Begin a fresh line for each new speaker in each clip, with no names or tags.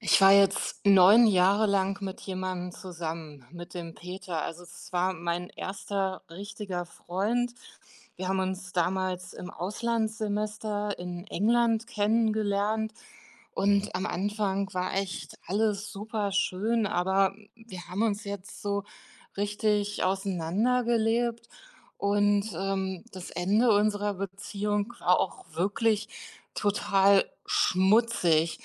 Ich war jetzt 9 Jahre lang mit jemandem zusammen, mit dem Peter. Also, es war mein erster richtiger Freund. Wir haben uns damals im Auslandssemester in England kennengelernt und am Anfang war echt alles super schön, aber wir haben uns jetzt so richtig auseinandergelebt und das Ende unserer Beziehung war auch wirklich total schmutzig.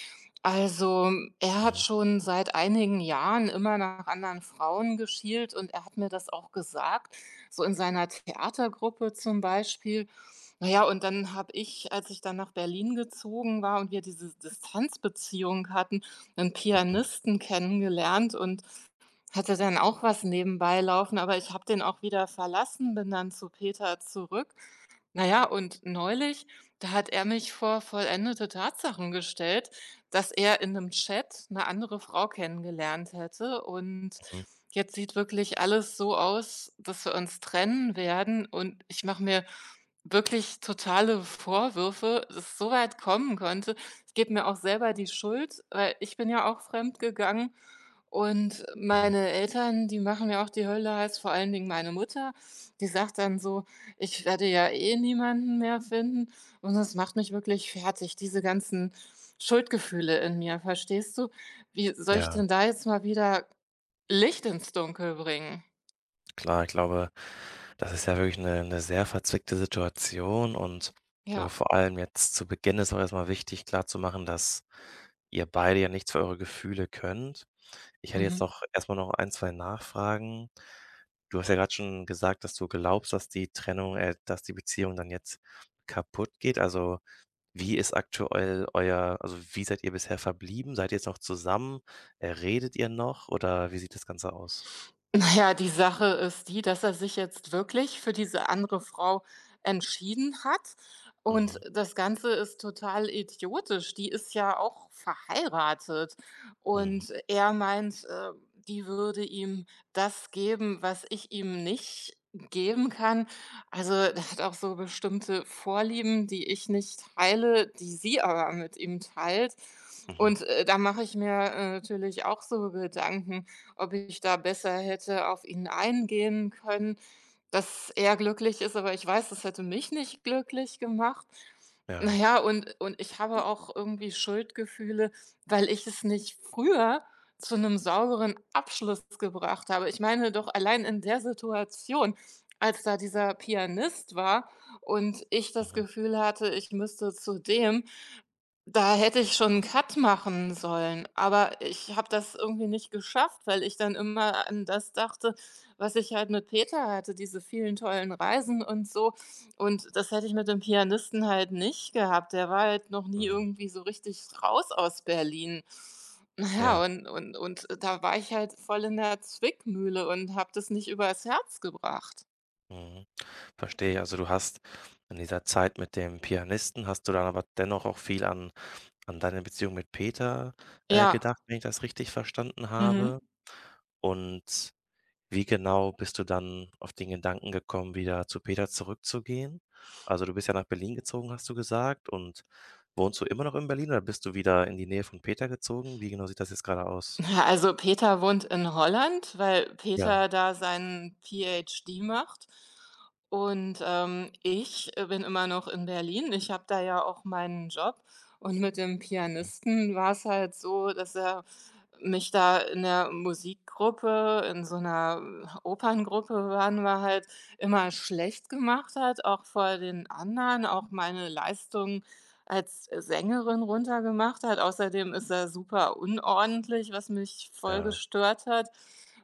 Also, er hat schon seit einigen Jahren immer nach anderen Frauen geschielt und er hat mir das auch gesagt, so in seiner Theatergruppe zum Beispiel. Naja, und dann habe ich, als ich dann nach Berlin gezogen war und wir diese Distanzbeziehung hatten, einen Pianisten kennengelernt und hatte dann auch was nebenbei laufen, aber ich habe den auch wieder verlassen, bin dann zu Peter zurück. Na ja, und neulich, da hat er mich vor vollendete Tatsachen gestellt, dass er in einem Chat eine andere Frau kennengelernt hätte und
Mhm,
jetzt sieht wirklich alles so aus, dass wir uns trennen werden und ich mache mir wirklich totale Vorwürfe, dass es so weit kommen konnte. Ich gebe mir auch selber die Schuld, weil ich bin ja auch fremd gegangen und
mhm.
meine Eltern, die machen mir auch die Hölle heiß, vor allen Dingen meine Mutter. Die sagt dann so: ich werde ja eh niemanden mehr finden und das macht mich wirklich fertig, diese ganzen Schuldgefühle in mir, verstehst du? Wie soll ich
Ja,
denn da jetzt mal wieder Licht ins Dunkel bringen?
klar, ich glaube, das ist ja wirklich eine 'ne sehr verzwickte Situation. Und ich glaube,
Ja.
vor allem jetzt zu Beginn ist auch erst mal wichtig klarzumachen, dass ihr beide ja nichts für eure Gefühle könnt. Ich hätte jetzt
Mhm.
noch erstmal noch ein, 2 Nachfragen. Du hast ja gerade schon gesagt, dass du glaubst, dass die Trennung dass die Beziehung dann jetzt kaputt geht. Also, wie ist aktuell euer, also, wie seid ihr bisher verblieben? Seid ihr jetzt noch zusammen? Redet ihr noch oder wie sieht das Ganze aus?
Na ja, die Sache ist die, dass er sich jetzt wirklich für diese andere Frau entschieden hat und
Mhm.
das Ganze ist total idiotisch. Die ist ja auch verheiratet
Mhm.
und er meint, die würde ihm das geben, was ich ihm nicht geben kann. Also, der hat auch so bestimmte Vorlieben, die ich nicht teile, die sie aber mit ihm teilt
Mhm.
und da mache ich mir, natürlich auch so Gedanken, ob ich da besser hätte auf ihn eingehen können, dass er glücklich ist, aber ich weiß, das hätte mich nicht glücklich gemacht. Na
Ja.
ja, und ich habe auch irgendwie Schuldgefühle, weil ich es nicht früher zu einem sauberen Abschluss gebracht habe. Ich meine doch allein in der Situation, als da dieser Pianist war und ich das
Mhm.
Gefühl hatte, ich müsste zu dem, da hätte ich schon 'n Cut machen sollen, aber ich habe das irgendwie nicht geschafft, weil ich dann immer an das dachte, was ich halt mit Peter hatte, diese vielen tollen Reisen und so. Und das hätte ich mit dem Pianisten halt nicht gehabt. Der war halt noch nie
Mhm.
irgendwie so richtig raus aus Berlin. Na
Ja.
ja, und da war ich halt voll in der Zwickmühle und habe das nicht übers Herz gebracht.
Mhm. Verstehe. Also, du hast in dieser Zeit mit dem Pianisten hast du dann aber dennoch auch viel an an deine Beziehung mit Peter,
Ja.
gedacht, wenn ich das richtig verstanden
Mhm.
habe, und wie genau bist du dann auf den Gedanken gekommen, wieder zu Peter zurückzugehen? Also, du bist ja nach Berlin gezogen, hast du gesagt, und wohnst du immer noch in Berlin oder bist du wieder in die Nähe von Peter gezogen? Wie genau sieht das jetzt gerade aus?
Ja, also Peter wohnt in Holland, weil
Ja,
Peter da seinen PhD macht. Und ich bin immer noch in Berlin. Ich habe da ja auch meinen Job. Und mit dem
mhm,
Pianisten war es halt so, dass er mich da in der Musikgruppe, in so einer Operngruppe waren wir halt, immer schlecht gemacht hat, auch vor den anderen, auch meine Leistung als Sängerin runtergemacht hat. Außerdem ist er super unordentlich, was mich voll
ja,
gestört hat.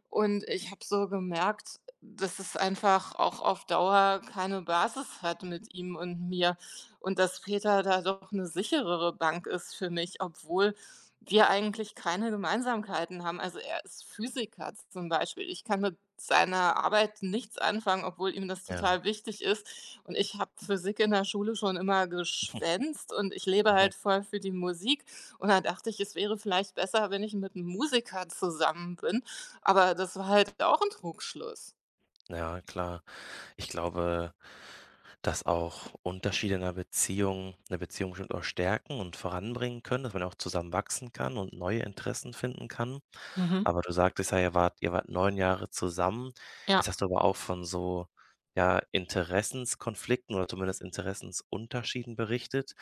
Und ich habe so gemerkt, dass es einfach auch auf Dauer keine Basis hat mit ihm und mir und dass Peter da doch eine sicherere Bank ist für mich, obwohl wir eigentlich keine Gemeinsamkeiten haben. Also, er ist Physiker zum Beispiel. Ich kann mit seiner Arbeit nichts anfangen, obwohl ihm das
ja.
total wichtig ist. Und ich habe Physik in der Schule schon immer geschwänzt und ich lebe
Mhm,
halt voll für die Musik. Und da dachte ich, es wäre vielleicht besser, wenn ich mit einem Musiker zusammen bin. Aber das war halt auch ein Trugschluss.
ja, klar. Ich glaube, dass auch Unterschiede in 'ner Beziehung eine Beziehung bestimmt auch stärken und voranbringen können, dass man auch zusammen wachsen kann und neue Interessen finden kann.
Mhm.
Aber du sagtest ja, ihr wart 9 Jahre zusammen. Jetzt hast
Ja.
du aber auch von so, ja, Interessenskonflikten oder zumindest Interessensunterschieden berichtet.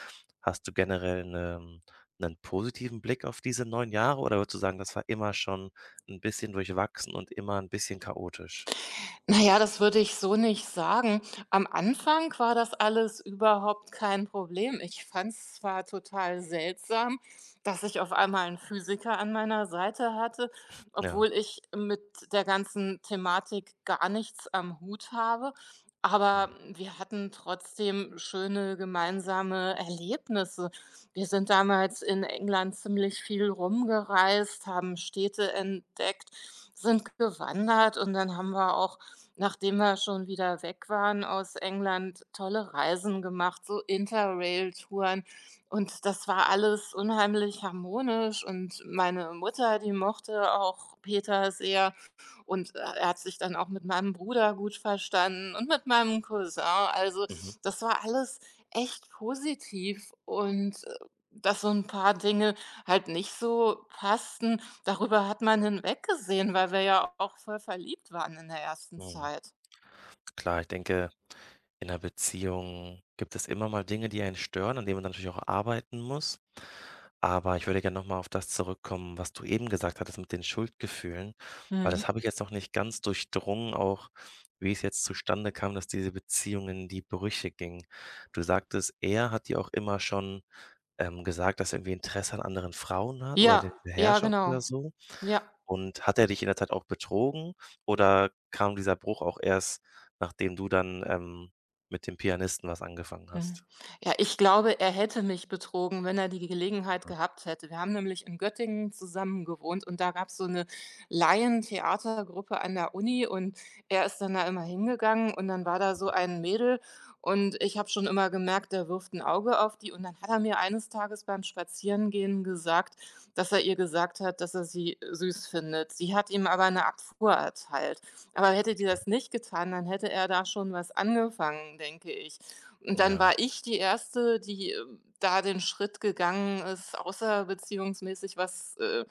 Hast du generell einen 'nen positiven Blick auf diese 9 Jahre oder würdest du sagen, das war immer schon ein bisschen durchwachsen und immer ein bisschen chaotisch?
Na ja, das würde ich so nicht sagen. Am Anfang war das alles überhaupt kein Problem. Ich fand es zwar total seltsam, dass ich auf einmal einen Physiker an meiner Seite hatte,
Ja.
obwohl ich mit der ganzen Thematik gar nichts am Hut habe,
Mhm.
aber wir hatten trotzdem schöne gemeinsame Erlebnisse. Wir sind damals in England ziemlich viel rumgereist, haben Städte entdeckt, sind gewandert und dann haben wir auch, nachdem wir schon wieder weg waren aus England, tolle Reisen gemacht, so Interrail-Touren. Und das war alles unheimlich harmonisch. Und meine Mutter, die mochte auch Peter sehr. Und er hat sich dann auch mit meinem Bruder gut verstanden und mit meinem Cousin. Also
Mhm.
das war alles echt positiv. Und dass so ein paar Dinge halt nicht so passten, darüber hat man hinweggesehen, weil wir ja auch voll verliebt waren in der ersten
Mhm.
Zeit.
Klar, ich denke, in einer Beziehung gibt es immer mal Dinge, die einen stören, an denen man dann natürlich auch arbeiten muss. Aber ich würde gerne noch mal auf das zurückkommen, was du eben gesagt hattest mit den Schuldgefühlen, weil
Mhm.
das habe ich jetzt noch nicht ganz durchdrungen, auch wie es jetzt zustande kam, dass diese Beziehung in die Brüche ging. Du sagtest, er hat dir auch immer schon gesagt, dass er irgendwie Interesse an anderen Frauen hat oder den
Ja, ja,
Beherrscher
genau.
oder so?
Ja.
Und hat er dich in der Zeit auch betrogen oder kam dieser Bruch auch erst, nachdem du dann, mit dem Pianisten was angefangen
Mhm.
hast?
Ja, ich glaube, er hätte mich betrogen, wenn er die Gelegenheit
Ah,
gehabt hätte. Wir haben nämlich in Göttingen zusammen gewohnt und da gab es so eine Laientheatergruppe an der Uni und er ist dann da immer hingegangen und dann war da so ein Mädel und ich habe schon immer gemerkt, der wirft ein Auge auf die und dann hat er mir eines Tages beim Spazierengehen gesagt, dass er ihr gesagt hat, dass er sie süß findet. Sie hat ihm aber eine Abfuhr erteilt. Aber hätte die
okay.
das nicht getan, dann hätte er da schon was angefangen, denke ich. Und dann
Ja,
war ich die Erste, die da den Schritt gegangen ist, außerbeziehungsmäßig was,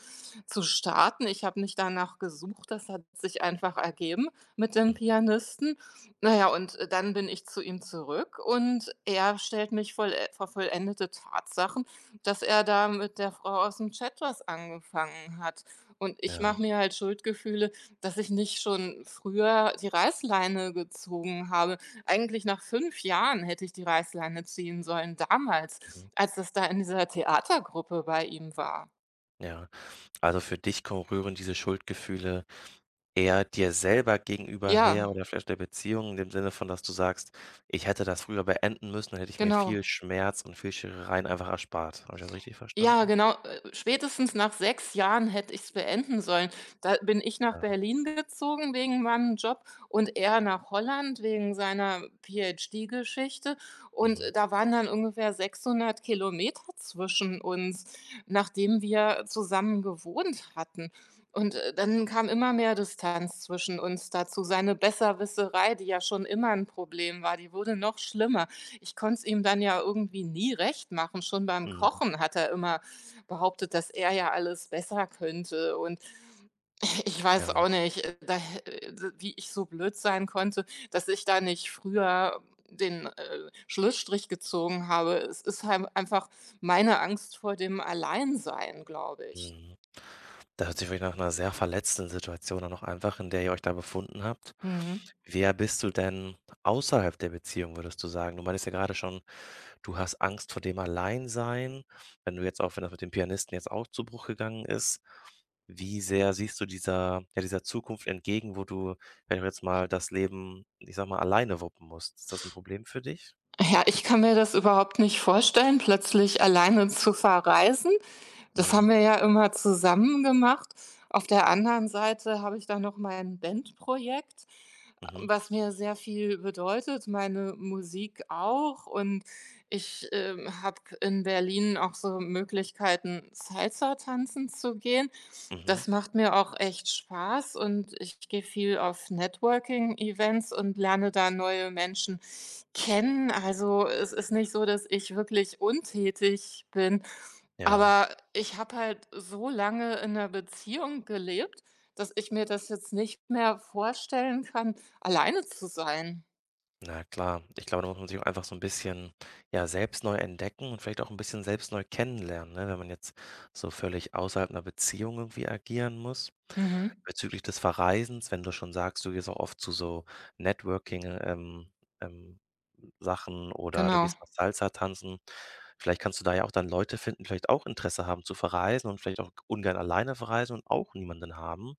zu starten. Ich habe nicht danach gesucht, das hat sich einfach ergeben mit dem
mhm,
Pianisten. Na ja, und dann bin ich zu ihm zurück und er stellt mich voll vor vollendete Tatsachen, dass er da mit der Frau aus dem Chat was angefangen hat. Und ich
ja,
mache mir halt Schuldgefühle, dass ich nicht schon früher die Reißleine gezogen habe. Eigentlich nach 5 Jahren hätte ich die Reißleine ziehen sollen, damals,
mhm,
als das da in dieser Theatergruppe bei ihm war.
ja. Also, für dich ko rühren diese Schuldgefühle eher dir selber gegenüber her
Ja,
oder vielleicht der Beziehung in dem Sinne von, dass du sagst: „Ich hätte das früher beenden müssen, dann hätte ich mir
genau.
viel Schmerz und viel Scherereien einfach erspart.“ Habe ich das richtig
Ja,
verstanden?
genau. Spätestens nach 6 Jahren hätte ich es beenden sollen. Da bin ich nach
Ja,
Berlin gezogen wegen meinem Job und er nach Holland wegen seiner PhD-Geschichte. Und
mhm.
äh, da waren dann ungefähr 600 Kilometer zwischen uns, nachdem wir zusammen gewohnt hatten. Und dann kam immer mehr Distanz zwischen uns dazu. Seine Besserwisserei, die ja schon immer ein Problem war, die wurde noch schlimmer. Ich konnte es ihm dann ja irgendwie nie recht machen. Schon beim
Mhm.
Kochen hat er immer behauptet, dass er ja alles besser könnte und ich weiß
Ja,
auch nicht, äh, wie ich so blöd sein konnte, dass ich da nicht früher den, Schlussstrich gezogen habe. Es ist halt einfach meine Angst vor dem Alleinsein, glaube ich.
mhm. Das hört sich wirklich nach einer sehr verletzten Situation an, auch einfach, in der ihr euch da befunden habt.
Mhm.
Wer bist du denn außerhalb der Beziehung, würdest du sagen? Du meintest ja gerade schon, du hast Angst vor dem Alleinsein. Wenn du jetzt, auch wenn das mit dem Pianisten jetzt auch zu Bruch gegangen ist, wie sehr siehst du dieser, ja, dieser Zukunft entgegen, wo du, wenn ich jetzt mal, das Leben, ich sage mal, alleine wuppen musst? Ist das ein Problem für dich?
Ja, ich kann mir das überhaupt nicht vorstellen, plötzlich alleine zu verreisen. Das
Mhm,
haben wir ja immer zusammen gemacht. Auf der anderen Seite habe ich dann noch mein Bandprojekt,
mhm,
was mir sehr viel bedeutet, meine Musik auch. Und ich habe in Berlin auch so Möglichkeiten, Salsa tanzen zu gehen.
mhm,
Das macht mir auch echt Spaß und ich gehe viel auf Networking-Events und lerne da neue Menschen kennen. Also, es ist nicht so, dass ich wirklich untätig bin.
ja.
Aber ich habe halt so lange in 'ner Beziehung gelebt, dass ich mir das jetzt nicht mehr vorstellen kann, alleine zu sein.
Na klar, ich glaube, da muss man sich auch einfach so ein bisschen, ja, selbst neu entdecken und vielleicht auch ein bisschen selbst neu kennenlernen, ne, wenn man jetzt so völlig außerhalb einer Beziehung irgendwie agieren muss.
Mhm.
Bezüglich des Verreisens, wenn du schon sagst, du gehst auch oft zu so Networking, ähm, Sachen oder du
Genau.
gehst mal Salsa tanzen. Vielleicht kannst du da ja auch dann Leute finden, die vielleicht auch Interesse haben zu verreisen und vielleicht auch ungern alleine verreisen und auch niemanden haben.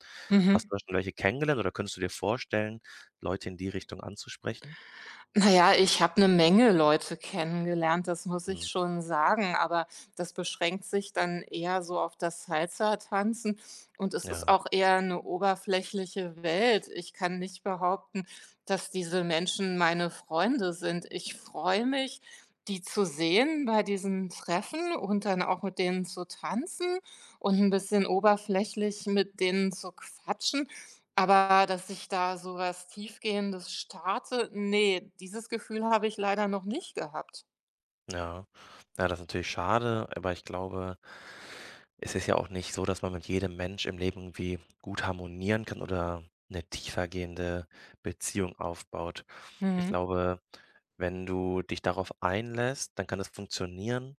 Hast
Mhm.
du da schon welche kennengelernt oder könntest du dir vorstellen, Leute in die Richtung anzusprechen?
Na ja, ich habe eine Menge Leute kennengelernt, das muss
Mhm.
ich schon sagen, aber das beschränkt sich dann eher so auf das Salsa-Tanzen und es ist
Ja,
auch eher eine oberflächliche Welt. Ich kann nicht behaupten, dass diese Menschen meine Freunde sind. Ich freue mich, die zu sehen bei diesen Treffen und dann auch mit denen zu tanzen und ein bisschen oberflächlich mit denen zu quatschen. Aber dass ich da so was Tiefgehendes starte, nee, dieses Gefühl habe ich leider noch nicht gehabt.
ja. Ja, das ist natürlich schade, aber ich glaube, es ist ja auch nicht so, dass man mit jedem Mensch im Leben irgendwie gut harmonieren kann oder eine tiefergehende Beziehung aufbaut. Ich
Mhm.
glaube, wenn du dich darauf einlässt, dann kann das funktionieren,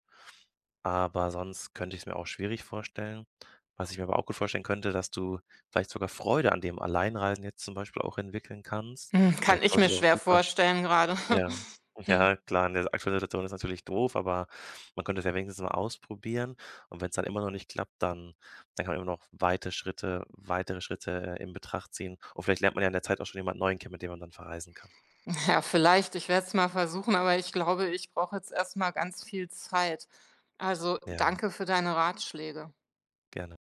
aber sonst könnte ich es mir auch schwierig vorstellen. Was ich mir aber auch gut vorstellen könnte, dass du vielleicht sogar Freude an dem Alleinreisen jetzt zum Beispiel auch entwickeln kannst,
Hm,
weil
kann
ich
ich
glaube,
mir
es ist auch
schwer
super.
vorstellen gerade.
Ja.
Hm.
Ja, klar, in der aktuellen Situation ist natürlich doof, aber man könnte es ja wenigstens mal ausprobieren. Und wenn es dann immer noch nicht klappt, dann dann kann man immer noch weitere Schritte, in Betracht ziehen. Und vielleicht lernt man ja in der Zeit auch schon jemand Neuen kennen, mit dem man dann verreisen kann.
Ja, vielleicht, ich werde es mal versuchen, aber ich glaube, ich brauche jetzt erst mal ganz viel Zeit. Also,
Ja,
danke für deine Ratschläge.
gerne.